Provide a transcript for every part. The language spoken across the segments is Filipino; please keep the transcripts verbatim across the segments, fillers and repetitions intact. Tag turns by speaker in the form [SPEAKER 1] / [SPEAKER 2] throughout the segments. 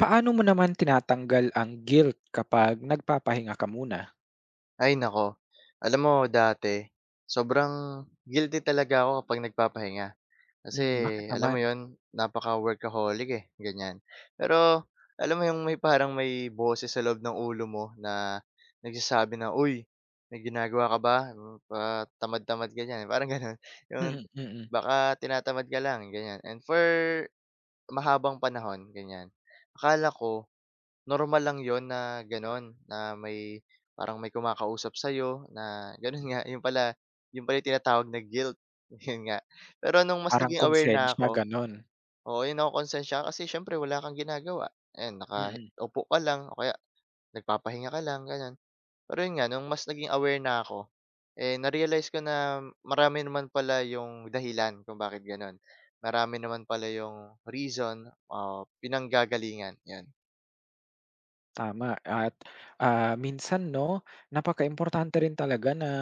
[SPEAKER 1] Paano mo naman tinatanggal ang guilt kapag nagpapahinga ka muna?
[SPEAKER 2] Ay naku, alam mo dati, sobrang guilty talaga ako kapag nagpapahinga. Kasi
[SPEAKER 1] Mm, bakit
[SPEAKER 2] alam mo
[SPEAKER 1] naman?
[SPEAKER 2] yon, napaka-workaholic, eh, ganyan. Pero alam mo yung may parang may boses sa loob ng ulo mo na nagsasabi na, "Uy, may ginagawa ka ba? Mm, Pa tamad-tamad ka diyan." Parang gano'n, yung
[SPEAKER 1] Mm, mm.
[SPEAKER 2] baka tinatamad ka lang, ganyan. And for mahabang panahon, ganyan. Akala ko normal lang yon na gano'n, na may parang may kumakausap sa'yo na gano'n nga. 'yun pala 'yun pala yung tinatawag na guilt, 'yun nga. Pero nung mas
[SPEAKER 1] Parang
[SPEAKER 2] naging aware na
[SPEAKER 1] konsensiya
[SPEAKER 2] ako,
[SPEAKER 1] gano'n,
[SPEAKER 2] oo, 'yun, nakokonsensiya ka kasi siyempre wala kang ginagawa. Ayan,
[SPEAKER 1] mm,
[SPEAKER 2] nakaupo ka lang o kaya nagpapahinga ka lang, gano'n. Pero 'yun nga, nung mas naging aware na ako, eh, na-realize ko na marami naman pala yung dahilan kung bakit gano'n. Marami naman pala yung reason o pinanggagalingan, 'yan.
[SPEAKER 1] tama at, ah, minsan 'no, napakaimportante rin talaga na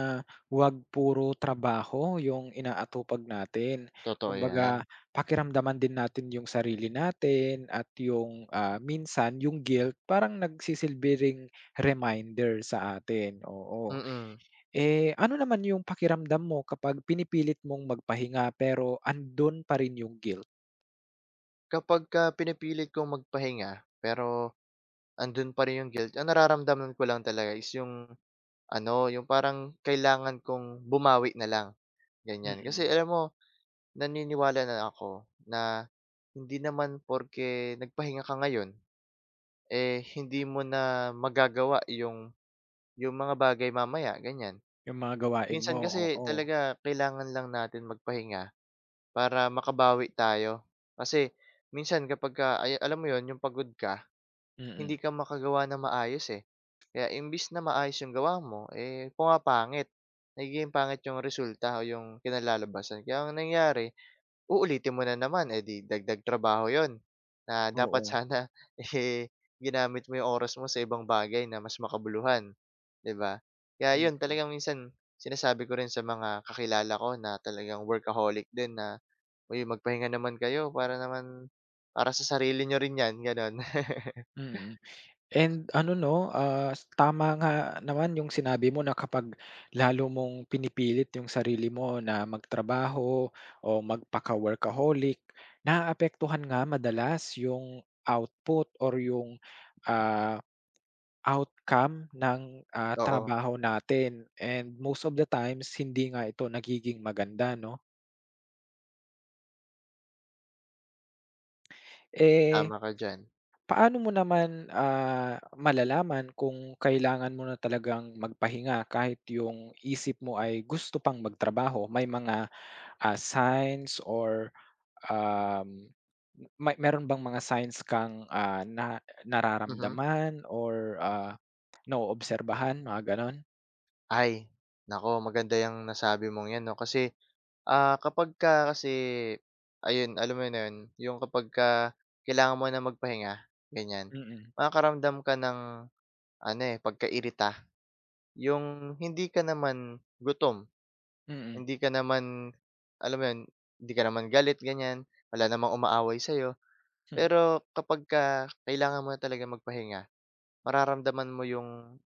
[SPEAKER 1] huwag puro trabaho yung inaatupag natin.
[SPEAKER 2] Totoo
[SPEAKER 1] Kumbaga
[SPEAKER 2] 'yan,
[SPEAKER 1] pakiramdaman din natin yung sarili natin at yung, ah, minsan yung guilt parang nagsisilbi ring reminder sa atin, oo.
[SPEAKER 2] mm.
[SPEAKER 1] Eh, ano naman yung pakiramdam mo kapag pinipilit mong magpahinga pero andun pa rin yung guilt?
[SPEAKER 2] Kapagka pinipilit kong magpahinga, pero andun pa rin yung guilt, ang nararamdaman ko lang talaga is yung ano, yung parang kailangan kong bumawi na lang, ganyan. Kasi
[SPEAKER 1] Mm.
[SPEAKER 2] alam mo, naniniwala na ako na hindi naman porke nagpahinga ka ngayon, eh, hindi mo na magagawa yung yung mga bagay mamaya, ganyan.
[SPEAKER 1] Yung mga gawain mo,
[SPEAKER 2] Minsan kasi
[SPEAKER 1] oo.
[SPEAKER 2] talaga kailangan lang natin magpahinga para makabawi tayo. Kasi minsan kapag kapagka ay alam mo 'yon, yung pagod ka,
[SPEAKER 1] Mm,
[SPEAKER 2] hindi ka makagawa ng maayos, eh. Kaya imbis na maayos yung gawa mo, eh, pumapangit. Nagiging pangit yung resulta o yung kinalalabasan. Kaya ang nangyari, uulitin mo na naman, eh, di dagdag trabaho yon na dapat
[SPEAKER 1] oo.
[SPEAKER 2] sana, eh, ginamit mo yung oras mo sa ibang bagay na mas makabuluhan, 'di ba? Kaya yun,
[SPEAKER 1] Hmm,
[SPEAKER 2] talagang minsan sinasabi ko rin sa mga kakilala ko na talagang workaholic din na, "Uy, magpahinga naman kayo para naman para sa sarili niyo rin 'yan." Gano'n,
[SPEAKER 1] mm. And ano 'no, ah, Tama nga naman yung sinabi mo na kapag lalo mong pinipilit yung sarili mo na magtrabaho o magpaka-workaholic, naaapektuhan nga madalas yung output or yung, ah outcome ng, ah,
[SPEAKER 2] oo.
[SPEAKER 1] trabaho natin and most of the times hindi nga ito nagiging maganda 'no. Eh,
[SPEAKER 2] Tama ka diyan,
[SPEAKER 1] paano mo naman, ah, malalaman kung kailangan mo na talagang magpahinga kahit yung isip mo ay gusto pang magtrabaho? May mga, ah, signs or, um, may meron bang mga signs kang, ah, na
[SPEAKER 2] mhm.
[SPEAKER 1] nararamdaman or, ah, naoobserbahan mga gano'n?
[SPEAKER 2] Ay, naku, maganda yung nasabi mong 'yan 'no, kasi, ah, kapagka kasi ayun, alam mo na 'yun, 'yung kapagka kailangan mo na magpahinga, ganiyan,
[SPEAKER 1] Mm, mm.
[SPEAKER 2] makakaramdam ka ng ano, eh, pagkairita, 'yung hindi ka naman gutom,
[SPEAKER 1] Mm,
[SPEAKER 2] hindi ka naman, alam mo 'yun, hindi ka naman galit, ganiyan, wala namang umaaway sa'yo,
[SPEAKER 1] mm.
[SPEAKER 2] pero kapagka kailangan mo na talagang magpahinga, mararamdaman mo 'yung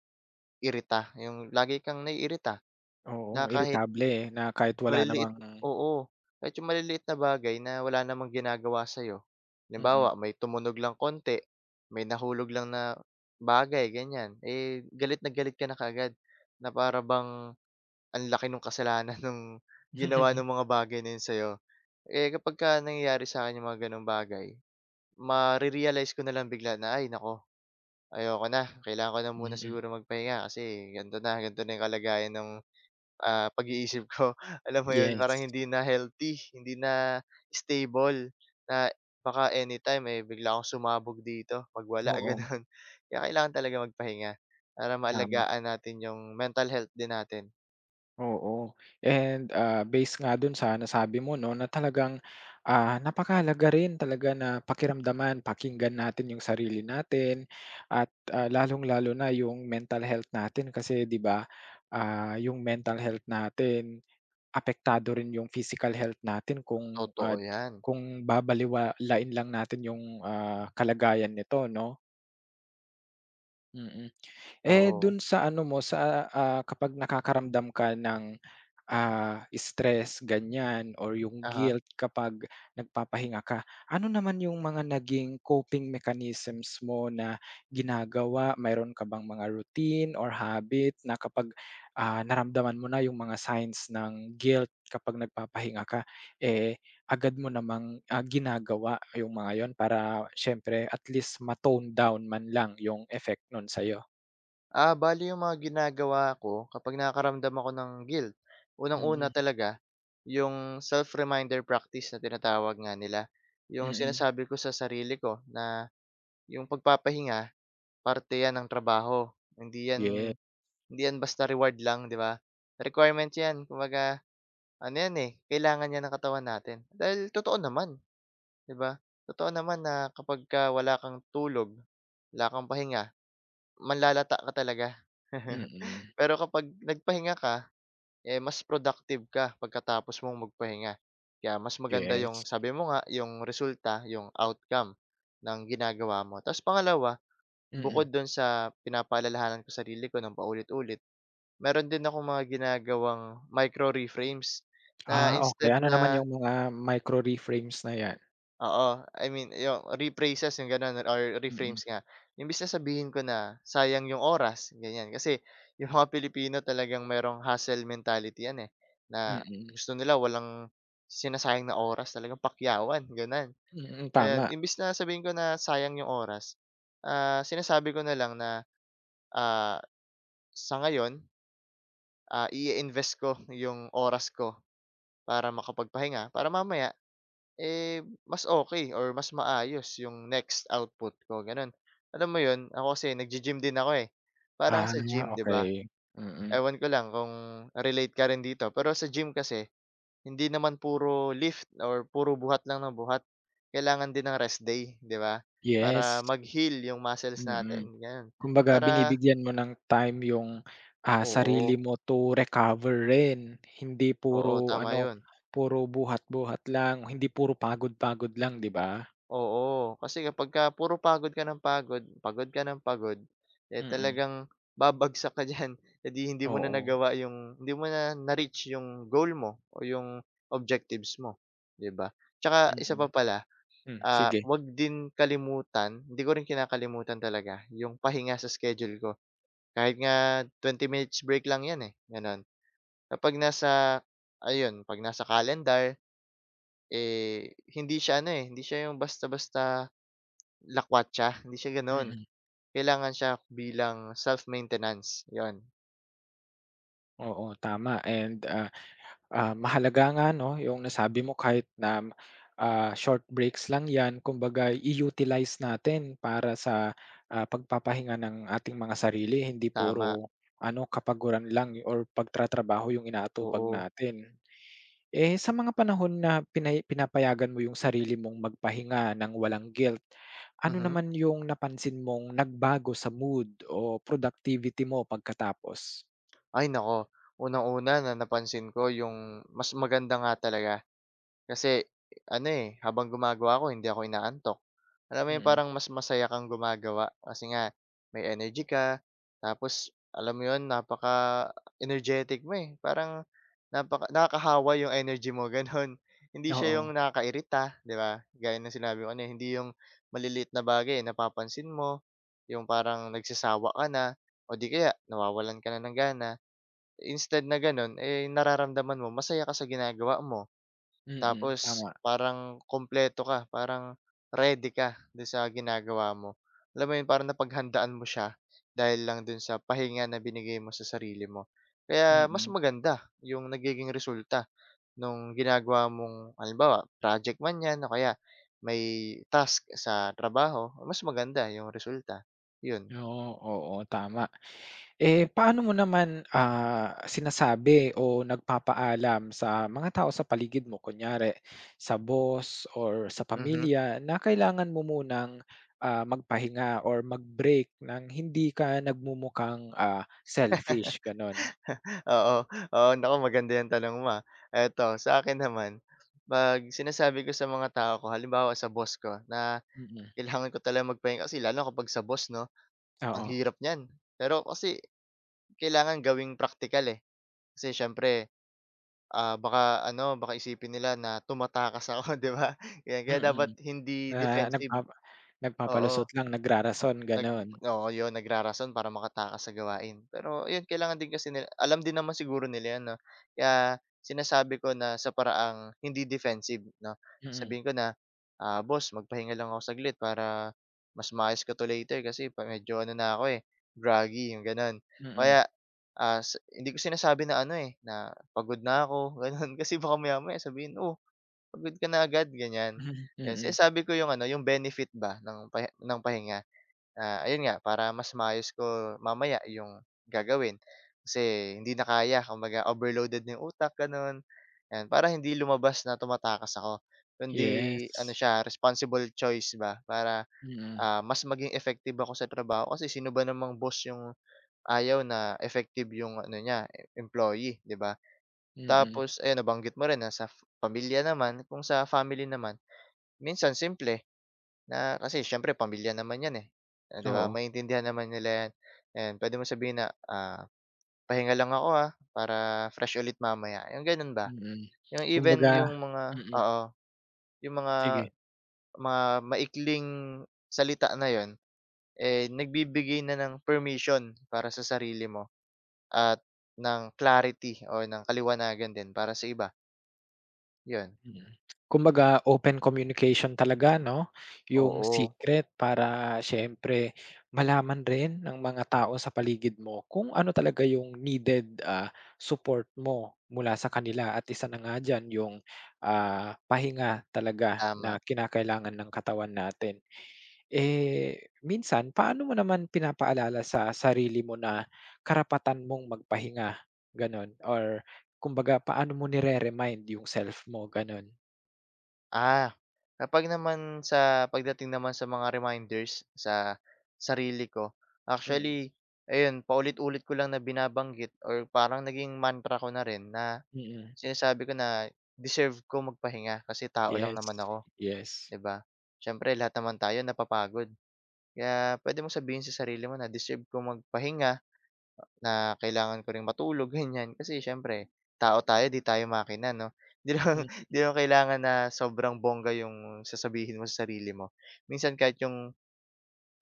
[SPEAKER 2] irita, 'yung lagi kang naiirita.
[SPEAKER 1] Oo,
[SPEAKER 2] Na kahit
[SPEAKER 1] iritable, eh, na kahit wala
[SPEAKER 2] maliliit
[SPEAKER 1] namang
[SPEAKER 2] Oo, kahit yung maliliit na bagay na wala namang ginagawa sa'yo.
[SPEAKER 1] mm.
[SPEAKER 2] Halimbawa, may tumunog lang konti, may nahulog lang na bagay, ganyan, eh, galit na galit ka na kaagad na para bang ang laki nung kasalanan nung ginawa nung mga bagay na yun sa'yo. Eh, kapagka nangyayari sa'kin yung mga gano'ng bagay, mare ko na lang bigla na, "Ay naku, ayoko na, kailangan ko na muna
[SPEAKER 1] Mm.
[SPEAKER 2] siguro magpahinga kasi ganito na, ganito na yung kalagayan ng ah, pag-iisip ko." Alam mo 'yun, parang
[SPEAKER 1] Yes,
[SPEAKER 2] hindi na healthy, hindi na stable, na baka anytime, eh, bigla akong sumabog dito, magwala,
[SPEAKER 1] oo,
[SPEAKER 2] gano'n. Kaya kailangan talaga magpahinga para
[SPEAKER 1] tama,
[SPEAKER 2] maalagaan natin yung mental health din natin.
[SPEAKER 1] oo. And, ah, based nga dun sa nasabi mo 'no, na talagang, ah, napakahalaga rin talaga na pakiramdaman, pakinggan natin yung sarili natin at, ah, lalong-lalo na yung mental health natin kasi 'di ba, ah, yung mental health natin apektado rin yung physical health natin kung, ah,
[SPEAKER 2] Totoo 'yan,
[SPEAKER 1] kung babaliwalain lang natin yung, ah, kalagayan nito 'no? Mm. Eh, dun
[SPEAKER 2] oo.
[SPEAKER 1] sa ano mo sa, ah, kapag nakakaramdam ka ng Ah, stress ganyan or yung
[SPEAKER 2] Aha.
[SPEAKER 1] guilt kapag nagpapahinga ka. Ano naman yung mga naging coping mechanisms mo na ginagawa? Mayroon ka bang mga routine or habit na kapag, ah, naramdaman mo na yung mga signs ng guilt kapag nagpapahinga ka, eh, agad mo namang, ah, ginagawa yung mga yon para siyempre at least ma down man lang yung effect nun sa'yo?
[SPEAKER 2] Ah, bale yung mga ginagawa ko kapag nakakaramdam ako ng guilt, unang-una
[SPEAKER 1] Mm,
[SPEAKER 2] talaga yung self-reminder practice na tinatawag nga nila. Yung
[SPEAKER 1] mm.
[SPEAKER 2] sinasabi ko sa sarili ko na yung pagpapahinga, parte 'yan ng trabaho, hindi
[SPEAKER 1] Yes,
[SPEAKER 2] 'yan hindi 'yan basta reward lang, 'di ba? Requirement 'yan, kumbaga ano 'yan, eh, kailangan 'yan ng katawan natin. Dahil totoo naman, 'di ba? Totoo naman na kapag ka wala kang tulog, wala kang pahinga, manlalata ka talaga.
[SPEAKER 1] mm.
[SPEAKER 2] Pero kapag nagpahinga ka, eh, mas productive ka pagkatapos mong magpahinga. Kaya mas maganda
[SPEAKER 1] Yes,
[SPEAKER 2] yung sabi mo nga, yung resulta, yung outcome ng ginagawa mo. Tapos pangalawa,
[SPEAKER 1] mm.
[SPEAKER 2] bukod dun sa pinapaalalahanan ko sarili ko ng paulit-ulit, meron din akong mga ginagawang micro reframes,
[SPEAKER 1] Ah,
[SPEAKER 2] na
[SPEAKER 1] okey.
[SPEAKER 2] instead
[SPEAKER 1] Ano naman
[SPEAKER 2] na,
[SPEAKER 1] yung mga micro reframes na 'yan?
[SPEAKER 2] oo, I mean yung rephrases, yung gano'n, or
[SPEAKER 1] Mm.
[SPEAKER 2] reframes nga. Imbis na sabihin ko na sayang yung oras, ganyan. Kasi yung mga Pilipino talagang merong hustle mentality yan, eh, na
[SPEAKER 1] Mm,
[SPEAKER 2] gusto nila walang sinasayang na oras, talagang pakyawan, gano'n.
[SPEAKER 1] mm,
[SPEAKER 2] Ayan,
[SPEAKER 1] tama.
[SPEAKER 2] imbis na sabihin ko na sayang yung oras, ah, sinasabi ko na lang na, ah, sa ngayon, ah, i invest ko yung oras ko para makapagpahinga, para mamaya, eh, mas okay or mas maayos yung next output ko, gano'n. Alam mo 'yun, ako kasi naggi-gym din ako, eh. Parang
[SPEAKER 1] Ah,
[SPEAKER 2] sa gym, 'di ba,
[SPEAKER 1] okey. Mm,
[SPEAKER 2] ewan ko lang kung relate ka rin dito, pero sa gym kasi hindi naman puro lift or puro buhat lang ng buhat, kailangan din ng rest day, 'di ba, para
[SPEAKER 1] yes,
[SPEAKER 2] mag-heal yung muscles
[SPEAKER 1] mm.
[SPEAKER 2] natin, gano'n.
[SPEAKER 1] Kumbaga
[SPEAKER 2] Para
[SPEAKER 1] binibigyan mo ng time yung, ah,
[SPEAKER 2] Oo,
[SPEAKER 1] sarili mo to recover rin. Hindi
[SPEAKER 2] oo,
[SPEAKER 1] puro
[SPEAKER 2] tama
[SPEAKER 1] ano,
[SPEAKER 2] 'yun.
[SPEAKER 1] puro buhat-buhat lang, hindi puro pagod-pagod lang, 'di ba?
[SPEAKER 2] Oo, kasi kapagka puro pagod ka ng pagod, pagod ka ng pagod, eh,
[SPEAKER 1] Mm,
[SPEAKER 2] talagang babagsak ka diyan. Eh, di hindi mo na
[SPEAKER 1] oo.
[SPEAKER 2] nagawa yung hindi mo na na-reach yung goal mo o yung objectives mo, 'di ba? Tsaka isa
[SPEAKER 1] Mm,
[SPEAKER 2] pa pala,
[SPEAKER 1] hmm,
[SPEAKER 2] ah,
[SPEAKER 1] sige.
[SPEAKER 2] 'wag din kalimutan, hindi ko rin kinakalimutan talaga yung pahinga sa schedule ko. Kahit nga twenty minutes break lang 'yan, eh, gano'n. Kapag nasa Ayun, 'pag nasa calendar, eh, hindi siya ano, eh, hindi siya yung basta-basta lakwatsa, hindi siya gano'n.
[SPEAKER 1] Mm,
[SPEAKER 2] Kailangan siya bilang self-maintenance, 'yon,
[SPEAKER 1] oo, tama and, ah Ah, mahalaga nga 'no, yung nasabi mo kahit na, ah, short breaks lang 'yan kumbaga i-utilize natin para sa, ah, pagpapahinga ng ating mga sarili hindi
[SPEAKER 2] tama,
[SPEAKER 1] puro ano, kapaguran lang or pagtratrabaho yung inaatupag
[SPEAKER 2] oo.
[SPEAKER 1] natin. Eh, sa mga panahon na pinay pinapayagan mo yung sarili mong magpahinga ng walang guilt, ano
[SPEAKER 2] Mhm.
[SPEAKER 1] naman yung napansin mong nagbago sa mood o productivity mo pagkatapos?
[SPEAKER 2] Ay naku, unang-una na napansin ko yung mas maganda nga talaga. Kasi ano, eh, habang gumagawa ako hindi ako inaantok. Alam mo yung
[SPEAKER 1] Mm,
[SPEAKER 2] parang mas masaya kang gumagawa, kasi nga may energy ka, tapos alam mo yun, napaka-energetic mo, eh, parang napaka nakakahawa yung energy mo gano'n. Hindi siya
[SPEAKER 1] oo.
[SPEAKER 2] yung nakakairita, 'di ba? Gaya ng sinabi ko kanina, hindi yung maliliit na bagay, eh, napapansin mo, yung parang nagsasawa ka na o 'di kaya nawawalan ka na ng gana. Instead na gano'n, eh, nararamdaman mo masaya ka sa ginagawa mo.
[SPEAKER 1] Mm,
[SPEAKER 2] Tapos
[SPEAKER 1] tama.
[SPEAKER 2] parang kumpleto ka, parang ready ka do'n sa ginagawa mo. Alam mo 'yun, parang napaghandaan mo siya dahil lang dun sa pahinga na binigay mo sa sarili mo. Kaya mas
[SPEAKER 1] Mm.
[SPEAKER 2] maganda 'yung nagiging resulta nung ginagawa mong halimbawa project man 'yan o kaya may task sa trabaho, mas maganda 'yung resulta, 'yun.
[SPEAKER 1] Oo, oo, tama. Eh, paano mo naman, ah, sinasabi o nagpapaalam sa mga tao sa paligid mo, kunyari sa boss or sa
[SPEAKER 2] Mhm.
[SPEAKER 1] pamilya na kailangan mo munang, ah, magpahinga or mag-break ng hindi ka nagmumukhang, ah, selfish, gano'n?
[SPEAKER 2] Oo, oo. Naku, maganda 'yang tanong mo, ah. Eto, sa akin naman, 'pag sinasabi ko sa mga tao ko, halimbawa sa boss ko na
[SPEAKER 1] Mm,
[SPEAKER 2] kailangan ko talagang magpahinga, kasi lalo kapag sa boss 'no, ang
[SPEAKER 1] oo.
[SPEAKER 2] hirap niyan. Pero kasi kailangan gawing praktikal, eh. Kasi siyempre, ah, baka ano, baka isipin nila na tumatakas ako, 'di ba? Ganyan. Kaya dapat
[SPEAKER 1] Mm,
[SPEAKER 2] hindi
[SPEAKER 1] na
[SPEAKER 2] defensive,
[SPEAKER 1] nagpapa
[SPEAKER 2] oo.
[SPEAKER 1] nagpapalusot lang,
[SPEAKER 2] O
[SPEAKER 1] nagrarason,
[SPEAKER 2] nag
[SPEAKER 1] gano'n.
[SPEAKER 2] Oo, yun, nagrarason para makatakas sa gawain. Pero yun, kailangan din kasi nila, alam din naman siguro nila yan 'no, kaya sinasabi ko na sa paraang hindi defensive 'no.
[SPEAKER 1] Mm,
[SPEAKER 2] Sabihin ko na, "Ah, boss, magpahinga lang ako saglit para mas maayos ka 'to later kasi pa medyo ano na ako, eh, groggy," yung gano'n.
[SPEAKER 1] mm,
[SPEAKER 2] Kaya, ah, sa hindi ko sinasabi na ano, eh, na pagod na ako gano'n, kasi baka maya-maya sabihin, "Oh, pagod ka na agad," ganyan.
[SPEAKER 1] mhm,
[SPEAKER 2] Yan,
[SPEAKER 1] mm.
[SPEAKER 2] sinasabi ko yung ano, yung benefit ba ng pahi ng pahinga. Na ayun nga, para mas maayos ko mamaya yung gagawin. Kasi hindi na kaya, kumbaga overloaded na yung utak, gano'n. 'Yan, para hindi lumabas na tumatakas ako, kundi ano
[SPEAKER 1] Yes.
[SPEAKER 2] siya, responsible choice ba para,
[SPEAKER 1] Mm,
[SPEAKER 2] ah, mas maging effective ako sa trabaho. Kasi sino ba namang boss yung ayaw na effective yung ano niya, e- employee, 'di ba?
[SPEAKER 1] mm.
[SPEAKER 2] Tapos ayan, nabanggit mo rin na sa f- pamilya naman, kung sa family naman, minsan simple. Na kasi siyempre pamilya naman 'yan, eh, ah, 'di ba?
[SPEAKER 1] Oo.
[SPEAKER 2] Maintindihan naman nila 'yan. Ayan, puwede mo sabihin na, ah, "Pahinga lang ako, ah, para fresh ulit mamaya." Yung gano'n ba.
[SPEAKER 1] Mm.
[SPEAKER 2] Yung even
[SPEAKER 1] Kumbaga
[SPEAKER 2] yung mga,
[SPEAKER 1] mm,
[SPEAKER 2] oo, yung mga
[SPEAKER 1] sige.
[SPEAKER 2] mga maikling salita na 'yun, eh, nagbibigay na ng permission para sa sarili mo at ng clarity o ng kaliwanagan din para sa iba, 'yun.
[SPEAKER 1] Mm. Kumbaga open communication talaga 'no, yung
[SPEAKER 2] Oo,
[SPEAKER 1] secret para siyempre malaman rin ng mga tao sa paligid mo kung ano talaga yung needed, ah, support mo mula sa kanila at isa na nga diyan yung, ah, pahinga talaga na
[SPEAKER 2] tama.
[SPEAKER 1] kinakailangan ng katawan natin. Eh, minsan paano mo naman pinapaalala sa sarili mo na karapatan mong magpahinga, gano'n or kumbaga paano mo nire-remind yung self mo gano'n.
[SPEAKER 2] Ah, kapag naman sa pagdating naman sa mga reminders sa sarili ko,
[SPEAKER 1] Mm,
[SPEAKER 2] actually, ayun, paulit-ulit ko lang na binabanggit or parang naging mantra ko na rin, na
[SPEAKER 1] mm.
[SPEAKER 2] sinasabi ko na deserve ko magpahinga kasi tao lang
[SPEAKER 1] Yes,
[SPEAKER 2] naman ako,
[SPEAKER 1] yes.
[SPEAKER 2] 'di ba? Siyempre lahat naman tayo napapagod. Kaya pwede mo sabihin sa sarili mo na deserve ko magpahinga, na kailangan ko ring matulog, ganyan, kasi siyempre tao tayo, 'di tayo makina 'no. 'Di lang
[SPEAKER 1] Mm,
[SPEAKER 2] 'di lang kailangan na sobrang bongga yung sasabihin mo sa sarili mo. Minsan kahit yung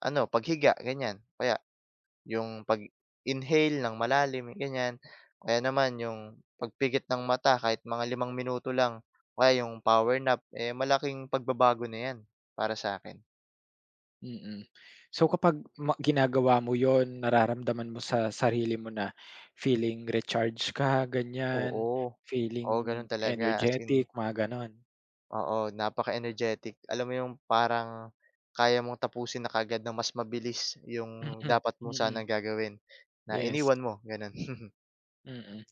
[SPEAKER 2] ano, paghiga ganyan, kaya yung pag-inhale ng malalim ganyan, kaya naman yung pagpikit ng mata kahit mga limang minuto lang, kaya yung power nap, eh, malaking pagbabago na yan para sa akin.
[SPEAKER 1] mm. So kapag ma ginagawa mo yon nararamdaman mo sa sarili mo na feeling recharge ka ganyan,
[SPEAKER 2] Oo, oo
[SPEAKER 1] feeling
[SPEAKER 2] gano'n talaga, as in.
[SPEAKER 1] energetic mga gano'n?
[SPEAKER 2] Oo, napaka-energetic. Alam mo yung parang kaya mong tapusin na kaagad ng mas mabilis
[SPEAKER 1] Mm,
[SPEAKER 2] yung dapat mo sanang
[SPEAKER 1] mm.
[SPEAKER 2] gagawin na
[SPEAKER 1] Yes,
[SPEAKER 2] iniwan mo, gano'n.
[SPEAKER 1] mm.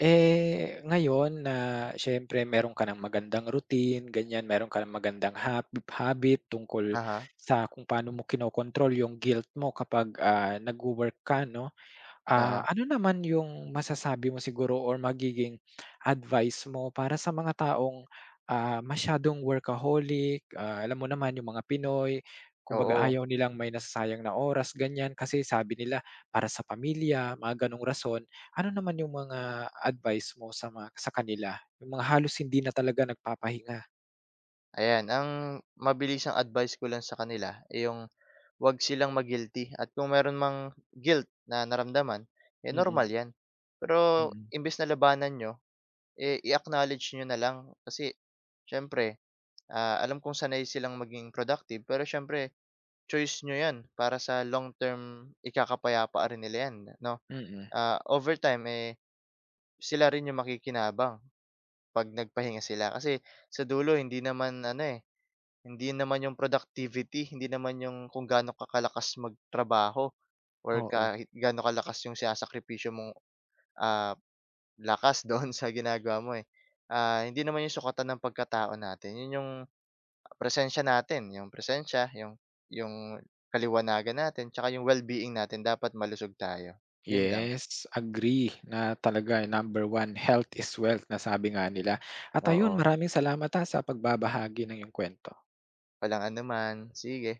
[SPEAKER 1] Eh, ngayon na siyempre meron ka ng magandang routine, ganyan, meron ka ng magandang hab habit tungkol
[SPEAKER 2] Aha.
[SPEAKER 1] sa kung paano mo kinokontrol yung guilt mo kapag, ah, nagwo-work ka 'no. Ah,
[SPEAKER 2] Huh.
[SPEAKER 1] ano naman yung masasabi mo siguro or magiging advice mo para sa mga taong, ah, masyadong workaholic, ah, alam mo naman yung mga Pinoy,
[SPEAKER 2] Oo,
[SPEAKER 1] kumbaga
[SPEAKER 2] oo.
[SPEAKER 1] ayaw nilang may nasasayang na oras ganyan kasi sabi nila para sa pamilya, mga gano'ng rason. Ano naman yung mga advice mo sa mga sa kanila, yung mga halos hindi na talaga nagpapahinga?
[SPEAKER 2] Ayan, ang mabilisang advice ko lang sa kanila, ay yung 'wag silang mag guilty, at kung meron mang guilt na naramdaman, eh,
[SPEAKER 1] Mm,
[SPEAKER 2] normal 'yan. Pero
[SPEAKER 1] mm.
[SPEAKER 2] imbes na labanan niyo, eh, i-acknowledge niyo na lang, kasi siyempre, ah, alam kong sanay silang maging productive, pero siyempre choice nyo 'yan, para sa long term ikakapayapa rin nila 'yan 'no.
[SPEAKER 1] Mm,
[SPEAKER 2] Ah, over time, eh, sila rin yung makikinabang 'pag nagpahinga sila, kasi sa dulo hindi naman ano, eh, hindi naman yung productivity, hindi naman yung kung gaano kakalakas magtrabaho or
[SPEAKER 1] oo.
[SPEAKER 2] kahit gaano kalakas yung sinasakripisyo mong, ah, lakas doon sa ginagawa mo, eh. Ah, hindi naman 'yung sukatan ng pagkatao natin, 'yun 'yung presensya natin, 'yung presensya, 'yung 'yung kaliwanagan natin, tsaka 'yung well-being natin, dapat malusog tayo, 'yun lang.
[SPEAKER 1] Yes, agree na talaga, number one health is wealth na sabi nga nila. At ayun,
[SPEAKER 2] Oo,
[SPEAKER 1] maraming salamat, ah, sa pagbabahagi ng iyong kwento.
[SPEAKER 2] walang anuman, sige.